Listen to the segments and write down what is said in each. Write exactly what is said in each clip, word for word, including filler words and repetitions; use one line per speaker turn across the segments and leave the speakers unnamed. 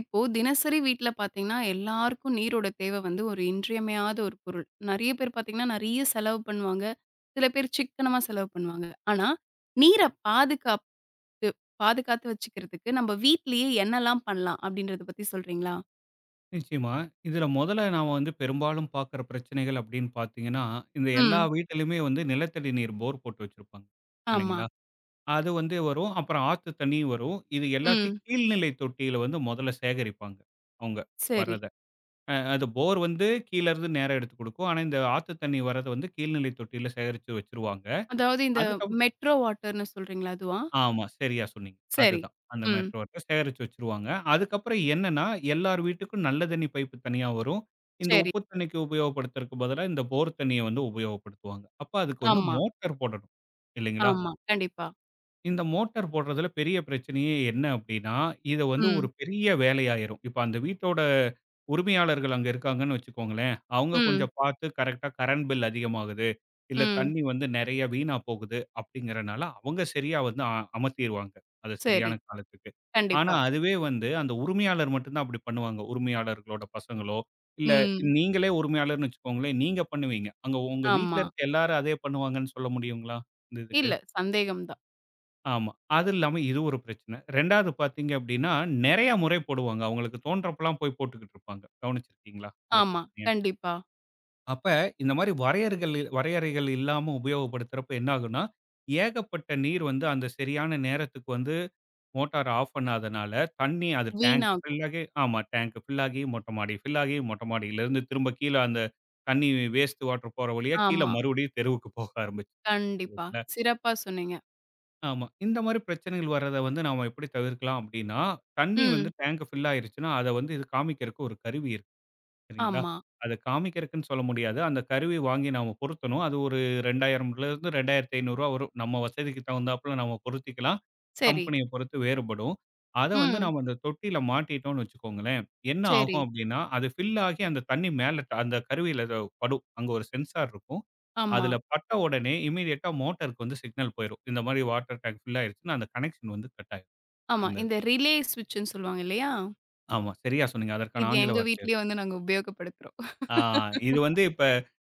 இப்போ தினசரி வீட்ல பார்த்தீங்கன்னா, எல்லாருக்கும் நீரோட தேவை வந்து ஒரு இன்றியமையாத ஒரு பொருள். நெறைய பேர் பார்த்தீங்கன்னா, நெறைய செலவு பண்ணுவாங்க. சில பேர் சிக்கனமா செலவு பண்ணுவாங்க. ஆனா, நீர பாதுகாத்து பாதுகாத்து வச்சுக்கிறதுக்கு நம்ம வீட்லயே என்னலாம் பண்ணலாம்? அப்படின்றத பத்தி சொல்றீங்களா?
நிச்சயமா. இதுல மொதல்ல நாம வந்து பெரும்பாலும் பாக்குற பிரச்சனைகள் அப்படின்னு பாத்தீங்கன்னா, இந்த எல்லா
ம்.
வீட்டிலுமே வந்து நிலத்தடி நீர் போர் போட்டு வச்சிருப்பாங்க.
ஆமா.
இல்லைங்களா? அது வந்து வரும். அப்புறம் ஆத்து தண்ணி வரும். இது எல்லாத்தையும்
ம்.
கீழ்நிலை தொட்டியில வந்து மொதல்ல சேகரிப்பாங்க. அவங்க
சரி.
வர்றத. அ அது போர் வந்து கீழ இருந்து நேரா எடுத்து குடுக்கும். ஆனா, இந்த ஆத்து தண்ணி வர்றத வந்து கீழ்நிலை தொட்டியில சேகரிச்சு வச்சுருவாங்க.
அதாவது இந்த
அதுக்கு
மெட்ரோ வாட்டர்ன்னு சொல்றீங்களா அதுவா?
ஆமா. சரியா சொன்னீங்க.
சரி.
அதுதான். அந்த
ம்.
மேட்ரு வாட்டர் சேகரிச்சு வச்சுருவாங்க. அதுக்கப்புறம் என்னன்னா, எல்லார் வீட்டுக்கும் நல்ல தண்ணி பைப்பு தனியா வரும். இந்த
சரி.
உப்பு தண்ணிக்கு உபயோகப்படுத்துறதுக்கு பதிலா இந்த போர் தண்ணிய வந்து உபயோகப்படுத்துவாங்க. அப்ப அதுக்கு வந்து
ஆமா,
மோட்டார் போடணும். இல்லைங்களா?
ஆமா. கண்டிப்பா.
இந்த மோட்டார் போடுறதுல பெரிய பிரச்சனையே என்ன அப்டின்னா, இத வந்து ஒரு
ம்.
பெரிய வேலையாயிரும். இப்ப அந்த வீட்டோட உரிமையாளர்கள் அங்க இருக்காங்கன்னு வச்சுக்கோங்களேன், அவங்க
ம்.
கொஞ்சம் பார்த்து கரெக்ட்டா கரண்ட் பில் அதிகமாகுது, இல்ல
ம்.
தண்ணி வந்து நெறைய வீணா போகுது அப்டிங்கிறனால, அவங்க சரியா வந்து அ அமர்த்திருவாங்க. அது சரியான
சரி.
காலத்துக்கு. ஆனா
கண்டிப்பா.
அதுவே வந்து அந்த உரிமையாளர் மட்டும் தான் அப்டி பண்ணுவாங்க. உரிமையாளர்களோட பசங்களோ, இல்ல
ம்.
நீங்களே உரிமையாளர்ன்னு வச்சுக்கோங்களேன், நீங்க பண்ணுவீங்க. அங்க உங்க வீட்ல
ஆமா.
இருக்க எல்லாரும் அதே பண்ணுவாங்கன்னு சொல்ல முடியுங்களா? இந்த இதுக்கு?
இல்ல. சந்தேகம் தான்.
ஆமா. அது இல்லாம இது ஒரு பிரச்சனை. ரெண்டாவது பார்த்தீங்க அப்படின்னா, நெறைய முறை போடுவாங்க. அவங்களுக்கு தோன்றப்பலாம் போய் போட்டுக்கிட்டு இருப்பாங்க. கவனிச்சிருக்கீங்களா இந்த
ஆமா.
பிரச்சனைய?
கண்டிப்பா.
அப்ப இந்த மாரி வரையறைகள் வரையறைகள் இல்லாம உபயோகப்படுத்துறப்ப என்ன ஆகும்னா, ஏகப்பட்ட நீர் வந்து அந்த சரியான நேரத்துக்கு வந்து மோட்டார் ஆஃப் பண்ணாதனால, தண்ணி அது டேங்க்
வீணாகும்.
ஃபில் ஆகி ஆமா டேங்க் ஃபில் ஆகி, மொட்டை மாடி ஃபில் ஆகி, மொட்டை மாடியிலேருந்து திரும்ப கீழ அந்த தண்ணி வேஸ்ட் வாட்டர் போற வழியா கீழ
ஆமா.
மறுபடியும் தெருவுக்கு போக ஆரம்பிச்சுருது.
கண்டிப்பா. சிறப்பா சொன்னீங்க.
ஆமா. இந்த மாரி பிரச்சனைகள் வர்றத வந்து நாம எப்படி தவிர்க்கலாம் அப்படின்னா, தண்ணி வந்து
ம்.
டேங்க் ஃபில் ஆயிருச்சுன்னா, அத வந்து இது காமிக்கிறதுக்கு ஒரு கருவி சரிங்களா?
ஆமா.
அத காமிக்கிறக்குன்னு சொல்ல முடியாது. அந்த கருவி வாங்கி நாம பொருத்தணும். அது ஒரு 2000லேருந்து ரூ. இரண்டாயிரத்து ஐநூறு வரும். நம்ம வசதிக்கு தகுந்தாப்புல நம்ம பொருத்திக்கலாம்.
சரி.
கம்பெனிய பொறுத்து வேறுபடும். அத வந்து
ம்.
நாம அந்த தொட்டியில மாட்டிட்டோம்னு வச்சுக்கோங்களேன், என்ன
சரி.
ஆகும் அப்டின்னா, அது ஃபில் ஆகி அந்த தண்ணி மேல ட- அந்த கருவியில ஏதோ படும். அங்க ஒரு சென்சார் இருக்கும்.
ஆமா.
அதுல பட்ட உடனே இமிடியேட்டா மோட்டருக்கு வந்து சிக்னல் போயிரும். இந்த மாரி வாட்டர் டேங்க் ஃபில் ஆயிருச்சுன்னு அந்த கனெக்ஷன் வந்து கட் ஆயிரும்.
ஆமா.
இந்த
இந்த ரிலே ஸ்விட்ச்ன்னு சொல்லுவாங்க இல்லையா?
ஆமா, சரியா சொன்னீங்க. அதற்கான
இது
ஆங்கில
எங்க
வார்த்தை அது.
வீட்லயும் வந்து நாங்க உபயோகப்படுத்துறோம்.
ஆ இது வந்து இப்ப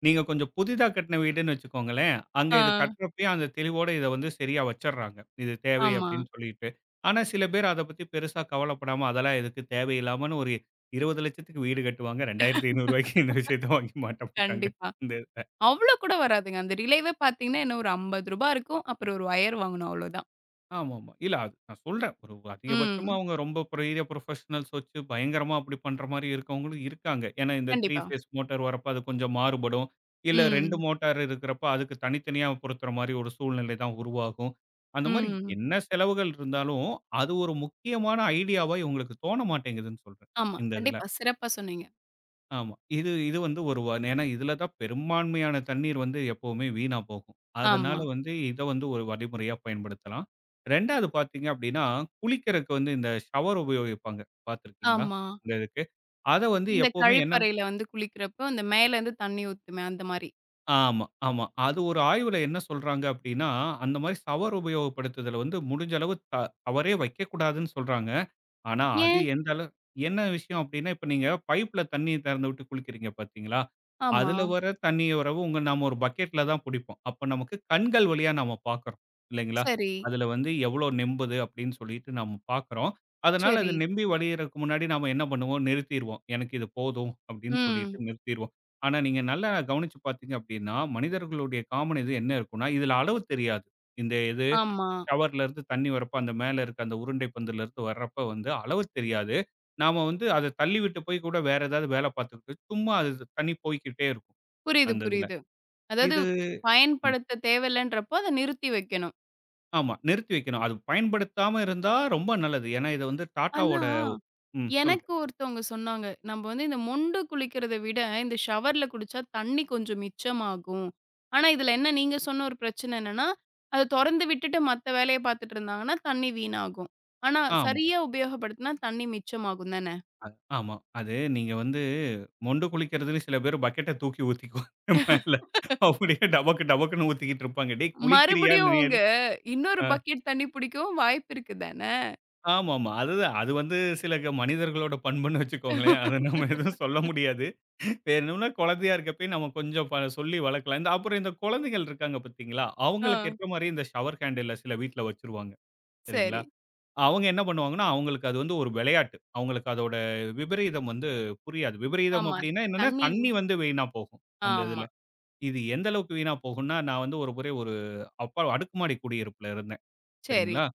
நீங்க கொஞ்சம் புதிதா கட்டின வீடுன்னு வச்சுக்கோங்களேன். அங்க
ஆ.
இது கட்டுறப்பயே அந்த தெளிவோட இத வந்து சரியா வச்சுடுறாங்க. இது தேவை
ஆமா.
அப்படின்னு சொல்லிட்டு. ஆனா சில பேர் அத பத்தி பெருசா கவலைப்படாம அதெல்லாம் எதுக்கு தேவையில்லாமன்னு ஒரு இருபது லட்சத்துக்கு வீடு கட்டுவாங்க. இரண்டாயிரத்து ஐநூறு ரூவாய்க்கு இந்த விஷயத்த வாங்கி மாட்ட மாட்டாங்க.
கண்டிப்பா.
இந்த
அவ்ளோ கூட வராதுங்க. அந்த ரிலேவே பார்த்தீங்கன்னா, என்ன ஒரு ரூ. ஐம்பது இருக்கும். அப்புறம் ஒரு ஒயர் வாங்கணும் அவ்ளோதான்.
ஆமாமா. இல்ல அது நான் சொல்றேன். ஒரு அதிகபட்சமா
ம்.
அவங்க ரொம்ப பெரிய புரொஃபஷனல்ஸ் வச்சு பயங்கரமா அப்படி பண்ற மாரி இருக்கவங்களும் இருக்காங்க. ஏன்னா இந்த மூன்று
கண்டிப்பா.
ஃபேஸ் மோட்டார் வரப்ப அது கொஞ்சம் மாறுபடும். இல்ல ரெண்டு
ம்.
மோட்டார் இருக்கிறப்ப அதுக்கு தனித்தனியா பொருத்துற மாரி ஒரு சூழ்நிலை தான் உருவாகும். அந்த மாரி
ம்.
என்ன செலவுகள் இருந்தாலும், அது ஒரு முக்கியமான ஐடியாவா இவங்களுக்கு தோண மாட்டேங்குதுன்னு சொல்றேன்.
ஆமா.
இந்த இதுல.
கண்டிப்பா. சிறப்பா சொன்னீங்க.
ஆமா. இது இது வந்து ஒரு வ ஏன்னா இதுல தான் பெரும்பான்மையான தண்ணீர் வந்து எப்பவுமே வீணா போகும். அதனால
ஆமா.
வந்து இத வந்து ஒரு வழிமுறையா பயன்படுத்தலாம். ரெண்டாவது பார்த்தீங்க அப்டின்னா, குளிக்கிறக்கு வந்து இந்த ஷவர் உபயோகிப்பாங்க. பார்த்துருக்கீங்களா?
ஆமா.
இந்த இதுக்கு. அத வந்து
இந்த
எப்பவுமே என்ன
கழிப்பறையில வந்து குளிக்கிறப்போ, அந்த மேலேருந்து தண்ணி ஊத்துமே அந்த மாரி.
ஆமா, ஆமா. அது ஒரு ஆய்வுல என்ன சொல்றாங்க அப்டின்னா, அந்த மாரி ஷவர் உபயோகப்படுத்துதல வந்து முடிஞ்ச அளவு த ஷவரே வைக்கக்கூடாதுன்னு சொல்றாங்க. ஆனா, அது
ஏன்?
எந்த அள என்ன விஷயம் அப்டின்னா, இப்ப நீங்க பைப்ல தண்ணீய திறந்து விட்டு குளிக்கிறீங்க பார்த்தீங்களா?
ஆமா.
அதுல வர தண்ணீய வரவும் உங்க நாம ஒரு பக்கெட்ல தான் புடிப்போம். அப்ப நமக்கு கண்கள் வழியா நாம பார்க்குறோம் இல்லைங்களா?
சரி,
அதுல வந்து எவ்ளோ நெம்புது அப்டின்னு சொல்லிட்டு நாம பார்க்குறோம். அதனால அது
சரி.
நெம்பி வழியறக்கு முன்னாடி நாம என்ன பண்ணுவோம்? நிறுத்திருவோம். எனக்கு இது போதும் அப்டின்னு சொல்லிட்டு
ம்.
நிறுத்திருவோம். ஆனா, நீங்க நல்லா கவனிச்சு பார்த்தீங்க அப்டின்னா, மனிதர்களுடைய காமன் இது என்ன இருக்கும்னா, இதுல அளவு தெரியாது. இந்த
ஆமா.
ஷவர்லேருந்து தண்ணி வரப்போ, அந்த மேல இருக்க அந்த உருண்டை பந்துலேருந்து வர்றப்ப வந்து அளவு தெரியாது. நாம வந்து அத தள்ளி விட்டு போய் கூட வேற ஏதாவது வேல பார்த்துக்கிட்டு, சும்மா அது தண்ணி போய்க்கிட்டே இருக்கும்.
புரியுது,
அந்த இதுல.
புரியுது. அதாவது
இது
பயன்படுத்த தேவையில்லன்றப்போ, அத நிறுத்தி வைக்கணும்.
ஆமா. நிறுத்தி வைக்கணும். அது பயன்படுத்தாம இருந்தா ரொம்ப நல்லது. ஏன்னா இது வந்து
ஆனா,
டாட்டாவோட ம். சொல்லுங்க.
எனக்கு ஒருத்தவங்க சொன்னாங்க. "நம்ப வந்து இந்த மொண்டு குளிக்கிறத விட, இந்த ஷவர்ல குளிச்சா தண்ணி கொஞ்சம் மிச்சமாகும்." ஆனா, இதுல என்ன நீங்க சொன்ன ஒரு பிரச்சனை என்னன்னா, அத தொறந்து விட்டுட்டு மத்த வேலைய பாத்துட்டு இருந்தாங்கன்னா, தண்ணி வீணாகும். ஆனா,
ஆமா,
சரியா உபயோகப்படுத்தினா தண்ணி மிச்சமாகும் தான?
ஆமா. அது நீங்க வந்து மொண்டு குளிக்கிறதுலயும் சில பேர் பக்கெட்ட தூக்கி ஊத்திக்குவாங்க மேல. அப்படியே டபக்கு டபக்குன்னு ஊத்திக்கிட்டு இருப்பாங்க. "டேய் குளிக்கிறியா?"
மறுபடியும்
நீ
அவங்க
அது
இன்னொரு
ஆ.
பக்கெட் தண்ணி புடிக்கவும் வாய்ப்பு இருக்கு தான?
ஆமாமா. அதுதான். அது வந்து சில க மனிதர்களோட பண்புன்னு வச்சுக்கோங்களேன். அத நம்ம எதுவும் சொல்ல முடியாது. வேணும்னா குழந்தையா இருக்கப்பயே நம்ம கொஞ்சம் ப சொல்லி வளர்க்கலாம். இந்த அப்புறம் இந்த குழந்தைகள் இருக்காங்க பார்த்தீங்களா?
ஆ.
அவங்களுக்கு ஏற்ற மாரி இந்த ஷவர் ஹேண்டில சில வீட்ல வச்சுருவாங்க. சரிங்களா?
சரி.
அவங்க என்ன பண்ணுவாங்கன்னா, அவங்களுக்கு அது வந்து ஒரு விளையாட்டு. அவங்களுக்கு அதோட விபரீதம் வந்து புரியாது. விபரீதம்
ஆமா.
அப்டின்னா என்னன்னா,
தண்ணி
தண்ணி வந்து வீணா போகும். அந்த இதுல.
ஆமா.
இது எந்த அளவுக்கு வீணா போகும்னா, நான் வந்து ஒரு முறை ஒரு அப்பா அடுக்குமாடி குடியிருப்புல இருந்தேன்.
சரி.
சரிங்களா?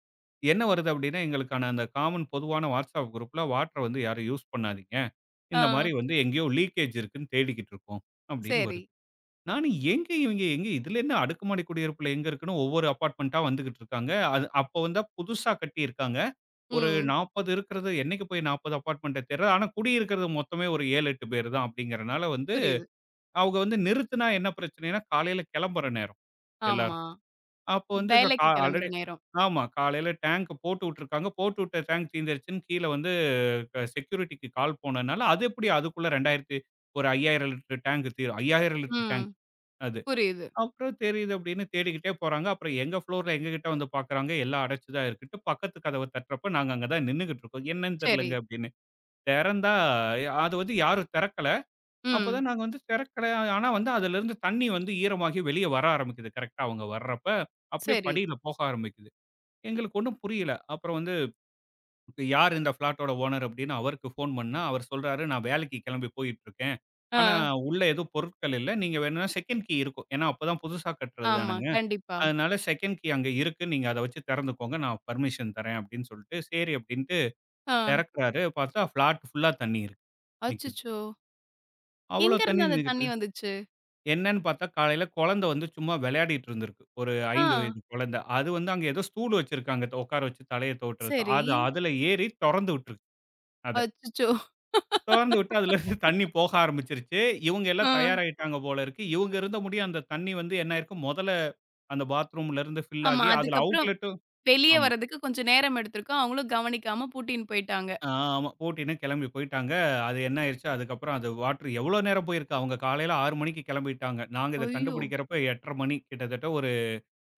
என்ன வருது அப்டின்னா, எங்களுக்கான அந்த காமன் பொதுவான WhatsApp குரூப்ல வாட்டர வந்து யாரும் யூஸ் பண்ணாதீங்க. இந்த
ஆ.
மாரி வந்து எங்கேயோ லீக்கேஜ் இருக்குன்னு தேடிக்கிட்டு இருக்கோம் அப்டின்னு
சரி.
வருது. நானு எங்க இவங்க எங்க இதுல என்ன அடுக்குமாடி குடியிருப்புல எங்க இருக்குன்னு ஒவ்வொரு அபார்ட்மென்ட்டா வந்துகிட்டு இருக்காங்க. அது அப்போ வந்தா புதுசா கட்டியிருக்காங்க. ஒரு
ம்.
நாற்பது இருக்கிறது என்னைக்கு போய் நாற்பது அபார்ட்மென்ட்ட தேடுறது. ஆனா குடியிருக்கிறது மொத்தமே ஒரு ஏழு, எட்டு பேர் தான் அப்டிங்கிறனால வந்து
புரியுது.
அவங்க வந்து நிறுத்துனா என்ன பிரச்சனைன்னா, காலையில கெளம்புற நேரம்
ஆமா.
எல்லாருக்கும். அப்போ வந்து க கா
வேலைக்கு கெளம்புற
ஆல்ரெடி
நேரம்.
ஆமா. காலையில டேங்க் போட்டு விட்டுருக்காங்க. போட்டு விட்ட டேங்க் தீர்ந்துருச்சுன்னு கீழ வந்து க செக்யூரிட்டிக்கு கால் போனனால, அது எப்படி அதுக்குள்ள இரண்டாயிரம் ஒரு ஐயாயிரம் லிட்டர் டேங்க் தீரும். ஐயாயிரம் லிட்டர்
ம்.
டேங்க் அது.
புரியுது.
அப்புறம் தெரியுது அப்படின்னு தேடிக்கிட்டே போறாங்க. அப்புறம் எங்க ஃப்ளோர்ல எங்க கிட்ட வந்து பார்க்குறாங்க. எல்லாம் அடைச்சு தான் இருக்குன்ட்டு பக்கத்து கதவ தட்டுறப்ப நாங்க அங்க தான் நின்னுகிட்டு இருக்கோம். என்னன்னு
சரி.
தெரியலங்க அப்படின்னு. தெறந்தா அது வந்து யாரும் தெறக்கல.
ம்.
அப்பதான் நாங்க வந்து தெறக்கல. ஆனா வந்து அதிலிருந்து தண்ணி வந்து ஈரமாகி வெளிய வர ஆரம்பிக்குது. கரெக்ட்டா அவங்க வர்றப்ப, அப்படியே
சரி.
படியில போக ஆரம்பிக்குது. எங்களுக்கு ஒண்ணும் புரியல. அப்புறம் வந்து யார் இந்த ஃப்ளாட்டோட ஓனர் அப்படின்னு அவருக்கு ஃபோன் பண்ணா, அவர் சொல்றாரு, "நான் வேலைக்கு கிளம்பி போயிட்டுருக்கேன். ஆனா
ஆ.
உள்ள எதுவும் பொருட்கள் இல்ல. நீங்க வேணும்னா செகண்ட் கீ இருக்கும். ஏன்னா அப்பதான் புதுசா கட்டுறது
ஆமா.
தானுங்க.
கண்டிப்பா.
அதனால செகண்ட் கீ அங்க இருக்கு. நீங்க அத வச்சு திறந்துக்கோங்க. நான் பர்மிஷன் தரேன்" அப்படின்னு சொல்லிட்டு, சரி அப்படின்ட்டு
ஆ.
திறக்குறாரு. பார்த்தா ஃப்ளாட் ஃபுல்லா தண்ணி இருக்கு நிக்குது.
அச்சச்சோ!
அவ்வளோ தண்ணி
எங்கருந்து அந்த
நிக்குது.
தண்ணி வந்துச்சு?
என்னன்னு பார்த்தா காலையில குழந்தை வந்து சும்மா விளையாடிட்டு இருந்திருக்கு. ஒரு
ஆ.
ஐந்து வயது குழந்தை. அது வந்து அங்க ஏதோ ஸ்டூல் வச்சிருக்காங்க உட்கார வச்சு தலைய துவட்டுறதுக்கு.
சரி.
அது அதுல ஏறி தொறந்து விட்டுருக்கு. அத.
அச்சச்சோ!
தொறந்து விட்டு அதுலருந்து தண்ணி போக ஆரம்பிச்சுருச்சு. இவங்க
ஆ.
எல்லாம் தயாராயிட்டாங்க போல இருக்கு. இவங்க இருந்த முடியும் அந்த தண்ணி வந்து என்ன ஆயிருக்கு, மொதல்ல அந்த பாத்ரூம்லருந்து ஃபில்
ஆமா.
ஆகி அதுல
அதுக்கப்புறம்
அவுட்லெட்டும்
வெளிய
ஆமா.
வரதுக்கு கொஞ்சம் நேரம் எடுத்திருக்கும். அவங்களும் கவனிக்காம பூட்டின்னு போயிட்டாங்க.
ஆ ஆமா. போட்டின்னு கெளம்பி போயிட்டாங்க. அது என்ன ஆயிருச்சு, அதுக்கப்புறம் அது வாட்டர் எவ்வளோ நேரம் போயிருக்கு, அவங்க காலையில ஆறு மணிக்கு கெளம்பிட்டாங்க. நாங்க இத
ஐயோ!
கண்டுபிடிக்கிறப்ப எட்டரை மணி. கிட்டத்தட்ட ஒரு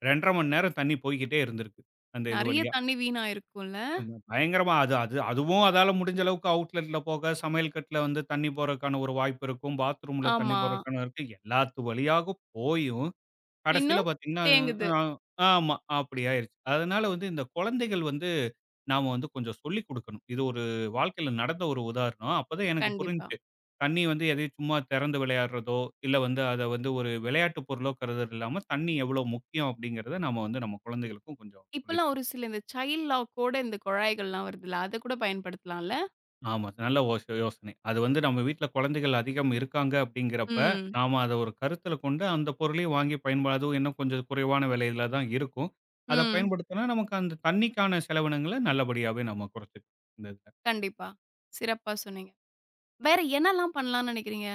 இரண்டரை மணி நேரம் தண்ணி போய்க்கிட்டே இருந்திருக்கு. அந்த இது
நெறைய
வழியா.
தண்ணீ வீணாயிருக்கும்ல.
ஆமா. பயங்கரமா அது அது அதுவும் அதால முடிஞ்ச அளவுக்கு அவுட்லெட்ல போக, சமையல் கட்டுல வந்து தண்ணி போறதுக்கான ஒரு வாய்ப்பு இருக்கும். பாத்ரூம்ல தண்ணி
ஆமா.
போறதுக்கான இருக்கு. எல்லாத்து வழியாக போயும், கடைசியில
இன்னும்
பாத்தீங்கன்னா, அ
தேங்குது.
ஆமா. அப்படி ஆயிருச்சு. அதனால வந்து இந்த குழந்தைகள் வந்து நாம வந்து கொஞ்சம் சொல்லிக் குடுக்கணும். இது ஒரு வாழ்க்கையில நடந்த ஒரு உதாரணம். அப்பதான் எனக்கு
கண்டிப்பா.
புரிஞ்சுச்சு. தண்ணி வந்து எதையும் சும்மா திறந்து விளையாடுறதோ, இல்ல வந்து அத வந்து ஒரு விளையாட்டு பொருளோ கருதுறது இல்லாம, தண்ணி எவ்வளோ முக்கியம் அப்படிங்கிறத நாம வந்து நம்ம குழந்தைகளுக்கும் கொஞ்சம் சொல்லி
இப்பலாம் ஒரு சில இந்த சைல்ட் லாக்கோட இந்த குழாய்கள்லாம் வருதுல்ல, அத கூட பயன்படுத்தலாம்ல?
ஆமா. நல்ல ஓச யோசனை. அது வந்து நம்ம வீட்ல குழந்தைகள் அதிகம் இருக்காங்க அப்படிங்கிறப்ப,
ம்.
நாம அத ஒரு கருத்துல கொண்டு அந்த பொருளையும் வாங்கி பயன்ப அதுவும் இன்னும் கொஞ்சம் குறைவான விலையில தான் இருக்கும். அத
ம்.
பயன்படுத்தினா நமக்கு அந்த தண்ணிக்கான செலவினங்கள நல்லபடியாவே நம்ம குறைச்சுக்கலாம். இந்த இதுல.
கண்டிப்பா. சிறப்பா சொன்னீங்க. வேற என்னலாம் பண்ணலாம்னு நெனைக்கிறீங்க?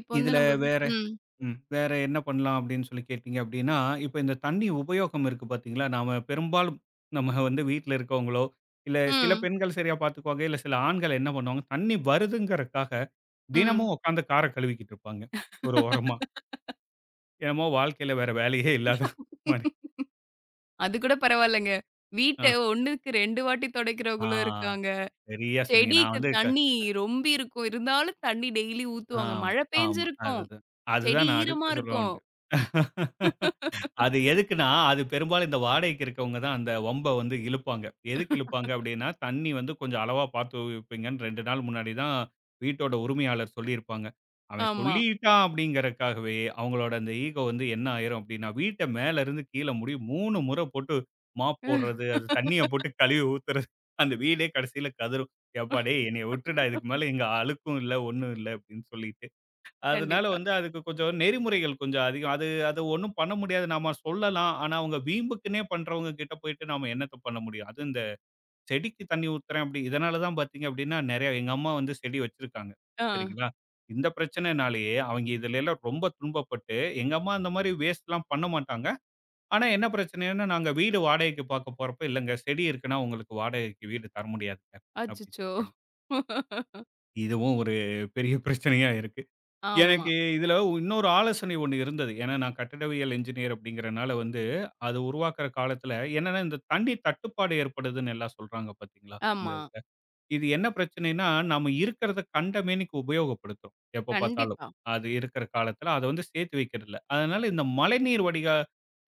இப்போ வந்து
இதுல
நம்ம
வேற
ம்.
ம். வேற என்ன பண்ணலாம் அப்படின்னு சொல்லி கேட்டீங்க அப்படின்னா, இப்ப இந்த தண்ணி உபயோகம் இருக்கு பார்த்தீங்களா? நாம பெரும்பாலும் நம்ம வந்து வீட்ல இருக்கவங்களோ, இல்ல சில
ம்.
பெண்கள் சரியா பார்த்துக்குவாங்க. இல்ல சில ஆண்கள் என்ன பண்ணுவாங்க, தண்ணி வருதுங்கிறதுக்காக
ம்.
தினமும் உட்காந்து கார கழுவிக்கிட்டு இருப்பாங்க. ஒரு ஓரமா. என்னமோ வாழ்க்கையில வேற வேலையே இல்லாத மாரி.
அது கூட பரவாயில்லங்க. வீட்ட
ஆ.
ஒண்ணுக்கு ரெண்டு வாட்டி
ஆ
தொடைக்கிறவங்களும் இருக்காங்க.
சரியா சொன்னீங்க. நான்
செடிக்கு
வந்து க
தண்ணி ரொம்பி இருக்கும். இருந்தாலும் தண்ணி டெய்லி ஊத்துவாங்க.
ஆமா,
மழை
ஆமா.
பெஞ்சிருக்கும்.
அதுதான்.
செடி
அதுதான் நான்
ஈரமா
அடுத்து சொல்ல
இருக்கும்.
வந்தேன். அது எதுக்குன்னா, அது பெரும்பாலும் இந்த வாடகைக்கு இருக்கவங்க தான் அந்த வம்ப வந்து இழுப்பாங்க. எதுக்கு இழுப்பாங்க அப்டின்னா, தண்ணி வந்து கொஞ்சம் அளவா பார்த்து வைப்பீங்கன்னு ரெண்டு நாள் முன்னாடி தான் வீட்டோட உரிமையாளர் சொல்லியிருப்பாங்க. அவன்
ஆமா.
சொல்லிட்டான் அப்டிங்கிறக்காகவே, அவங்களோட அந்த ஈகோ வந்து என்ன ஆயிரும் அப்டின்னா, வீட்ட மேலருந்து கீழ முடிய மூணு முறை போட்டு மாப் போடுறது, அது தண்ணிய போட்டு கழுவி ஊத்துறது, அந்த வீடே கடைசில கதறும். "எப்பா டேய் என்னைய விட்டுடா இதுக்கு மேல இங்க அழுக்கும் இல்ல, ஒண்ணும் இல்ல" அப்டின்னு சொல்லிட்டு. அதனால
கண்டிப்பா.
வந்து அதுக்கு கொஞ்சம் நெறிமுறைகள் கொஞ்சம் அதிகம். அது அது ஒண்ணும் பண்ண முடியாது. நாம சொல்லலாம். ஆனா, அவங்க வீம்புக்குன்னே பண்றவங்க கிட்ட போயிட்டு நாம என்னத்த பண்ண முடியும்? அதுவும் இந்த செடிக்கு தண்ணி ஊத்துறேன் அப்படி இதனால தான் பார்த்தீங்க அப்படின்னா, நெறைய எங்க அம்மா வந்து செடி வச்சிருக்காங்க.
ஆ.
சரிங்களா? இந்த பிரச்சனைனாலேயே அவங்க இதுலலாம் ரொம்ப துன்பப்பட்டு, எங்க அம்மா அந்த மாரி வேஸ்ட்லாம் பண்ண மாட்டாங்க. ஆனா, என்ன பிரச்சனைன்னா, நாங்க வீடு வாடகைக்கு பார்க்க போறப்ப, "இல்லங்க செடி இருக்குன்னா உங்களுக்கு வாடகைக்கு வீடு தர முடியாதுங்க" அப்படின்னு
அச்சச்சோ!
சொல்றாங்க. இதுவும் ஒரு பெரிய பிரச்சனையா இருக்கு.
ஆமா,
எனக்கு இதுல இன்னொரு ஆலோசனை ஒண்ணு இருந்தது. ஏன்னா, நான் கட்டிடவியல் என்ஜினியர் அப்படிங்கிறனால வந்து, அது உருவாக்குற காலத்துல என்னன்னா, இந்த தண்ணி தட்டுப்பாடு ஏற்படுதுன்னு எல்லாம் சொல்றாங்க பார்த்தீங்களா? இந்த
ஆமா.
இதுல. இது என்ன பிரச்சனைன்னா, நாம இருக்கிறத கண்டமேனிக்கு உபயோகப்படுத்துறோம். எப்ப பார்த்தாலும்.
கண்டிப்பா.
அது இருக்கிற காலத்துல அத வந்து சேர்த்து வைக்கிறதில்ல. அதனால இந்த மழைநீர் வடிகா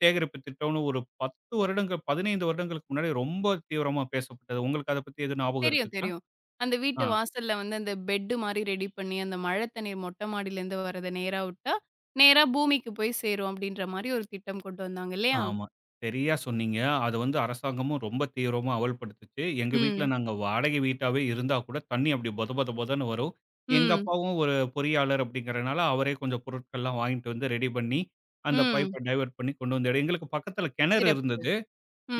சேகரிப்பு திட்டம்னு ஒரு பத்து வருடங்கள் பதினைந்து வருடங்களுக்கு முன்னாடி ரொம்ப தீவிரமா பேசப்பட்டது. உங்களுக்கு அத பத்தி எதுவும் ஞாபகம்
தெரியும்,
இருக்குங்களா?
தெரியும். அந்த வீட்டு
ஆ.
வாசல்ல வந்து அந்த பெட்டு மாரி ரெடி பண்ணி, அந்த மழை தண்ணீர் மொட்டை மாடியிலேருந்து வரத நேரா விட்டா, நேரா பூமிக்கு போய் சேரும் அப்டின்ற மாரி ஒரு திட்டம் கொண்டு வந்தாங்க இல்லையா?
ஆமா. சரியா சொன்னீங்க. அது வந்து அரசாங்கமும் ரொம்ப தீவிரமா அமல்படுத்துச்சு. எங்க வீட்ல
ம்,
நாங்க வாடகை வீட்டாவே இருந்தா கூட தண்ணி அப்படி பொத பொத பொதன்னு வரும். எங்க
ம்,
அப்பாவும் ஒரு பொறியாளர் அப்படிங்கிறனால அவரே கொஞ்சம் பொருட்கள்லாம் வாங்கிட்டு வந்து ரெடி பண்ணி, அந்த
ம்.
பைப்ப டைவர்ட் பண்ணி கொண்டு வந்தாரு. எங்களுக்கு பக்கத்துல கிணறு
சிறப்பு.
இருந்தது.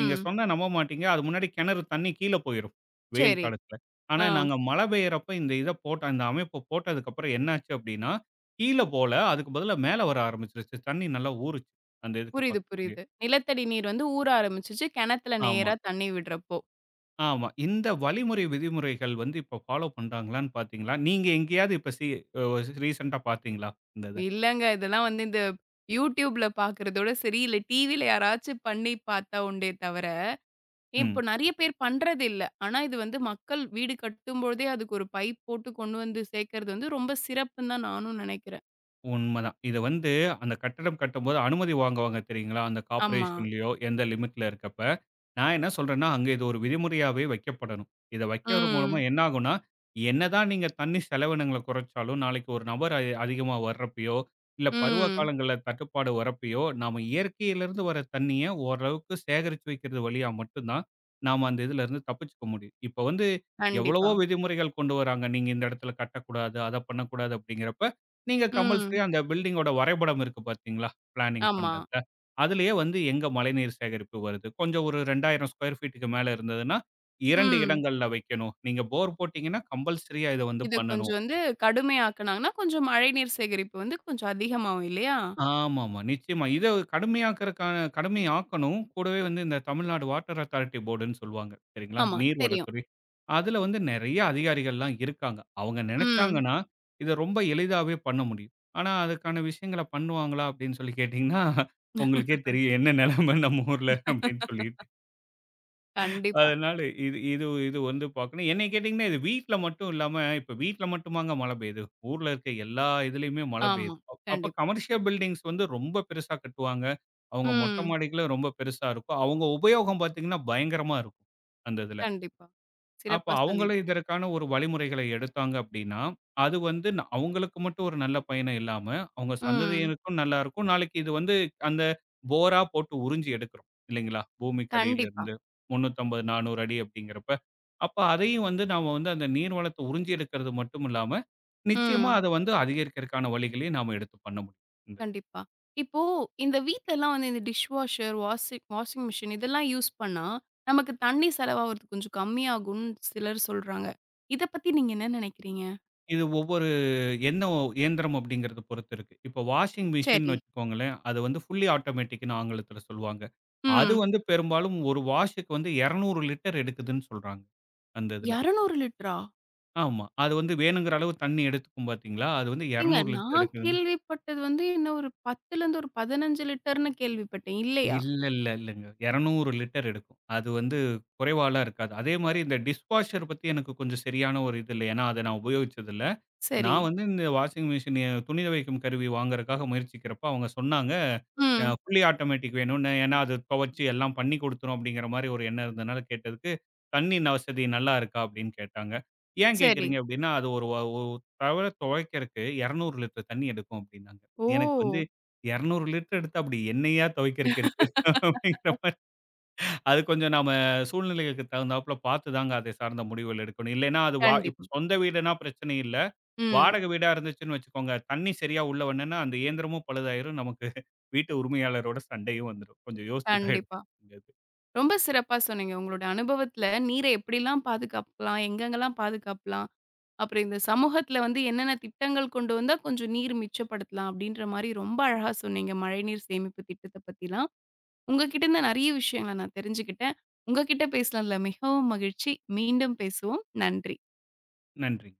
நீங்க சொன்னா நம்ப மாட்டீங்க. அது முன்னாடி கிணறு தண்ணி கீழ போயிரும். வெயில்
சரி.
காலத்துல. ஆனா
ஆ.
நாங்க மழை பெய்யறப்ப இந்த இத போட்ட அந்த அமைப்ப போட்டதுக்கப்புறம் என்னாச்சு அப்படின்னா, கீழ போல அதுக்கு பதிலா மேல வர ஆரம்பிச்சுருச்சு. தண்ணி நல்லா ஊறுச்சு. அந்த இதுக்கு
புரியுது,
பக்கத்துலயே.
புரியுது. நிலத்தடி நீர் வந்து ஊற ஆரம்பிச்சுச்சு, கிணத்துல
ஆமா,
நேரா தண்ணி விடுறப்போ.
ஆமா. இந்த வழிமுறை, விதிமுறைகள் வந்து இப்ப ஃபாலோ பண்றாங்களான்னு பார்த்தீங்களா? நீங்க எங்கேயாவது இப்ப சி அ ரீசென்ட்டா பார்த்தீங்களா? இந்த இத?
இல்லங்க. இதெல்லாம் வந்து இந்த YouTubeல பார்க்கிறதோட சரி, இல்ல டிவில யாராச்சும் பண்ணி பார்த்தா உண்டே தவிர, இப்போ
ம்.
நெறைய பேர் பண்றதில்ல. ஆனா இது வந்து மக்கள் வீடு கட்டும்பொழுதே அதுக்கு ஒரு பைப் போட்டு கொண்டு வந்து சேர்க்கிறது வந்து ரொம்ப சிறப்புன்னு தான் நானும் நெனைக்கிறேன்.
உண்மதான். இத வந்து அந்த கட்டடம் கட்டும்போது அனுமதி வாங்குவாங்க தெரியுங்களா? அந்த
ஆமா.
கார்ப்பரேஷன்லயோ, எந்த லிமிட்ல இருக்கப்ப. நான் என்ன சொல்றேன்னா, அங்க இது ஒரு விதிமுறையாவே வைக்கப்படணும். இத வைக்கிறது மூலமா
ம்.
என்ன ஆகும்னா, என்னதான் நீங்க தண்ணி செலவினங்கள குறைச்சாலும், நாளைக்கு ஒரு நபர் அ அதிகமா வர்றப்பயோ, இல்ல பருவ
ம்.
காலங்கள்ல தட்டுப்பாடு வரப்பயோ, நாம இயற்கையிலிருந்து வர தண்ணிய ஓரளவுக்கு சேகரிச்சு வைக்கிறது வழியா மட்டும் தான், நாம அந்த இதுலருந்து தப்பிச்சுக்க முடியும். இப்ப வந்து எவ்வளவோ
கண்டிப்பா.
விதிமுறைகள் கொண்டு வராங்க. நீங்க இந்த இடத்துல கட்டக்கூடாது, அத பண்ணக்கூடாது அப்படிங்கிறப்ப, நீங்க கம்பல்சரியா
ம்.
அந்த பில்டிங்கோட வரைபடம் இருக்கு பார்த்தீங்களா? பிளானிங்
ஆமா.
பண்றதுல. அதிலேயே வந்து எங்க மழைநீர் சேகரிப்பு வருது. கொஞ்சம் ஒரு இரண்டாயிரம் ஸ்கொயர் ஃபீட்டுக்கு மேல இருந்ததுன்னா, இரண்டு
ம்.
இடங்கள்ல வைக்கணும். நீங்க போர் போட்டீங்கன்னா, கம்பல்சரியா இத வந்து
இத
பண்ணணும்.
கொஞ்சம் வந்து கடுமையாக்குனாங்கன்னா, கொஞ்சம் மழைநீர் சேகரிப்பு வந்து கொஞ்சம் அதிகமாகும் இல்லையா?
ஆமாமா. நிச்சயமா. இத கடுமையாக்கறக்கான கடுமையாக்கணும். கூடவே வந்து இந்த தமிழ்நாடு வாட்டர் அத்தாரிட்டி போர்டுன்னு சொல்லுவாங்க. சரிங்களா?
ஆமா தெரியும்.
நீர்வளத்துறை. அதுல வந்து நெறைய அதிகாரிகள்லாம் இருக்காங்க. அவங்க
ம்.
நெனைச்சாங்கன்னா, இத ரொம்ப எளிதாவே பண்ண முடியும். ஆனா, அதுக்கான விஷயங்கள பண்ணுவாங்களா? அப்படின்னு சொல்லி கேட்டீங்கன்னா, உங்களுக்கே தெரியும் என்ன நெலைம நம்ம ஊர்ல அப்படின்னு சொல்லிட்டு.
கண்டிப்பா.
அதனால இது இது இது வந்து பார்க்கணும். என்னைய கேட்டீங்கன்னா, இது வீட்ல மட்டும் இல்லாம, இப்ப வீட்ல மட்டுமாங்க மழை பெய்யுது. ஊர்ல இருக்க எல்லா இதுலயுமே மழை
ஆமா.
பெய்யுது. அப் அப்ப
கண்டிப்பா.
கமர்ஷியல் பில்டிங்ஸ் வந்து ரொம்ப பெருசா கட்டுவாங்க. அவங்க மொட்டை
ம்.
மாடிகளும் ரொம்ப பெருசா இருக்கும். அவங்க உபயோகம் பார்த்தீங்கன்னா, பயங்கரமா இருக்கும். அந்த இதுல.
கண்டிப்பா.
அப்ப
சிறப்பா
அவங்களே
சொன்னீங்க.
இதற்கான ஒரு வழிமுறைகளை எடுத்தாங்க அப்படின்னா, அது வந்து ந அவங்களுக்கு மட்டும் ஒரு நல்ல பயன் இல்லாம, அவங்க
ம்.
சந்ததியினருக்கும் நல்லா இருக்கும். நாளைக்கு இது வந்து அந்த போரா போட்டு உறிஞ்சி எடுக்கிறோம் இல்லைங்களா? பூமிக்கு
கண்டிப்பா.
அடியிலிருந்து முந்நூற்று ஐம்பது, நானூறு அடி அப்படிங்கிறப்ப. அப்ப அதையும் வந்து நாம வந்து அந்த நீர் வளத்த உறிஞ்சி எடுக்கிறது மட்டும் இல்லாம, நிச்சயமா
ம்.
அத வந்து அதிகரிக்கிறதுக்கான வழிகளையும் நாம எடுத்து பண்ண முடியும். இந்த
கண்டிப்பா. இப்போ இந்த வீட்லலாம் வந்து இந்த dish washer, washing washing machine இதெல்லாம் யூஸ் பண்ணா, நமக்கு தண்ணீ செலவாகுறது கொஞ்சம் கம்மியாகும்னு சிலர் சொல்றாங்க. இத பத்தி நீங்க என்ன நினைக்கிறீங்க?
இது ஒவ்வொரு என்ன ஒ இயந்திரம் அப்படிங்கிறத பொறுத்து இருக்கு. இப்போ வாஷிங் மிஷின்னு
சரி.
வச்சுக்கோங்களேன், அது வந்து ஃபுல்லி ஆட்டோமேட்டிக்ன்னு ஆங்கிலத்தில சொல்லுவாங்க. அது
ம்.
வந்து பெரும்பாலும் ஒரு வாஷுக்கு வந்து இருநூறு லிட்டர் எடுக்குதுன்னு சொல்றாங்க. அந்த இதுல.
இருநூறு லிட்டரா?
ஆமா. அது வந்து வேணுங்கிற அளவு தண்ணி எடுத்துக்கும் பார்த்தீங்களா, அது வந்து
ஏங்க
இருநூறு லிட்டர்
நான்
எடுக்குதுன்னு
கேள்விப்பட்டது வந்து என்ன ஒரு பத்துலருந்து ஒரு பதினைந்து லிட்டர்ன்னு கேள்விப்பட்டேன். இல்லையா?
இல்ல, இல்ல, இல்லங்க. இருநூறு லிட்டர் எடுக்கும். அது வந்து குறைவாலாம் இருக்காது. அதே மாரி இந்த டிஷ்வாஷர் பத்தி எனக்கு கொஞ்சம் சரியான ஒரு இது இல்ல. ஏன்னா, அத நான் உபயோகிச்சது இல்ல.
சரி.
நான் வந்து இந்த வாஷிங் மிஷின் எ துணி துவைக்கும் கருவி வாங்குறதுக்காக முயற்சிக்கிறப்ப, அவங்க சொன்னாங்க, அ
ம்.
ஃபுல்லி ஆட்டோமேட்டிக் வேணும்னு. ஏன்னா, அது துவைச்சு எல்லாம் பண்ணி குடுத்துரும் அப்படிங்கிற மாரி ஒரு எண்ணம் இருந்தனால கேட்டதுக்கு, "தண்ணி ந வசதி நல்லா இருக்கா?" அப்படின்னு கேட்டாங்க. "ஏன்
சரி.
கேட்குறீங்க?" அப்படின்னா, "அது ஒரு வ ஒ தவள துவைக்கிறக்கு இருநூறு லிட்டர் தண்ணி எடுக்கும்" அப்படின்னாங்க. எனக்கு வந்து
ஓ!
இருநூறு லிட்டர் எடுத்து அப்படி என்னையா துவைக்கிறக்கு இருக்கு? அப்படிங்கிற மாரி. அது கொஞ்சம் நாம சூழ்நிலைகளுக்கு தகுந்தாப்புல பார்த்து தாங்க அதை சார்ந்த முடிவுகள் எடுக்கணும். இல்லைன்னா அது வா
கண்டிப்பா.
இப்ப சொந்த வீடுனா பிரச்சனை இல்ல.
ம்.
வாடகை வீடா இருந்துச்சுன்னு வச்சுக்கோங்க, தண்ணி சரியா உள்ள வரலன்னா, அந்த இயந்திரமும் பழுதாயிரும். நமக்கு வீட்டு உரிமையாளரோட சண்டையும் வந்துரும். கொஞ்சம் யோசிச்சு தான் எடுக்கணும்.
கண்டிப்பா.
இந்த இது.
ரொம்ப சிறப்பா சொன்னீங்க. உங்களோட அனுபவத்துல நீரை எப்படிலாம் பாதுகாக்கலாம்? எங்கெங்கலாம் பாதுகாக்கலாம்? அப்புறம் இந்த சமூகத்துல வந்து என்னென்ன திட்டங்கள் கொண்டு வந்தா கொஞ்சம் நீர் மிச்சப்படுத்தலாம்? அப்படின்ற மாரி ரொம்ப அழகா சொன்னீங்க. மழைநீர் சேமிப்பு திட்டத்த பத்திலாம். உங்ககிட்ட இருந்து நெறைய விஷயங்கள நான் தெரிஞ்சுக்கிட்டேன். உங்ககிட்ட பேசுனதுல மிகவும் மகிழ்ச்சி. மீண்டும் பேசுவோம். நன்றி.
நன்றி.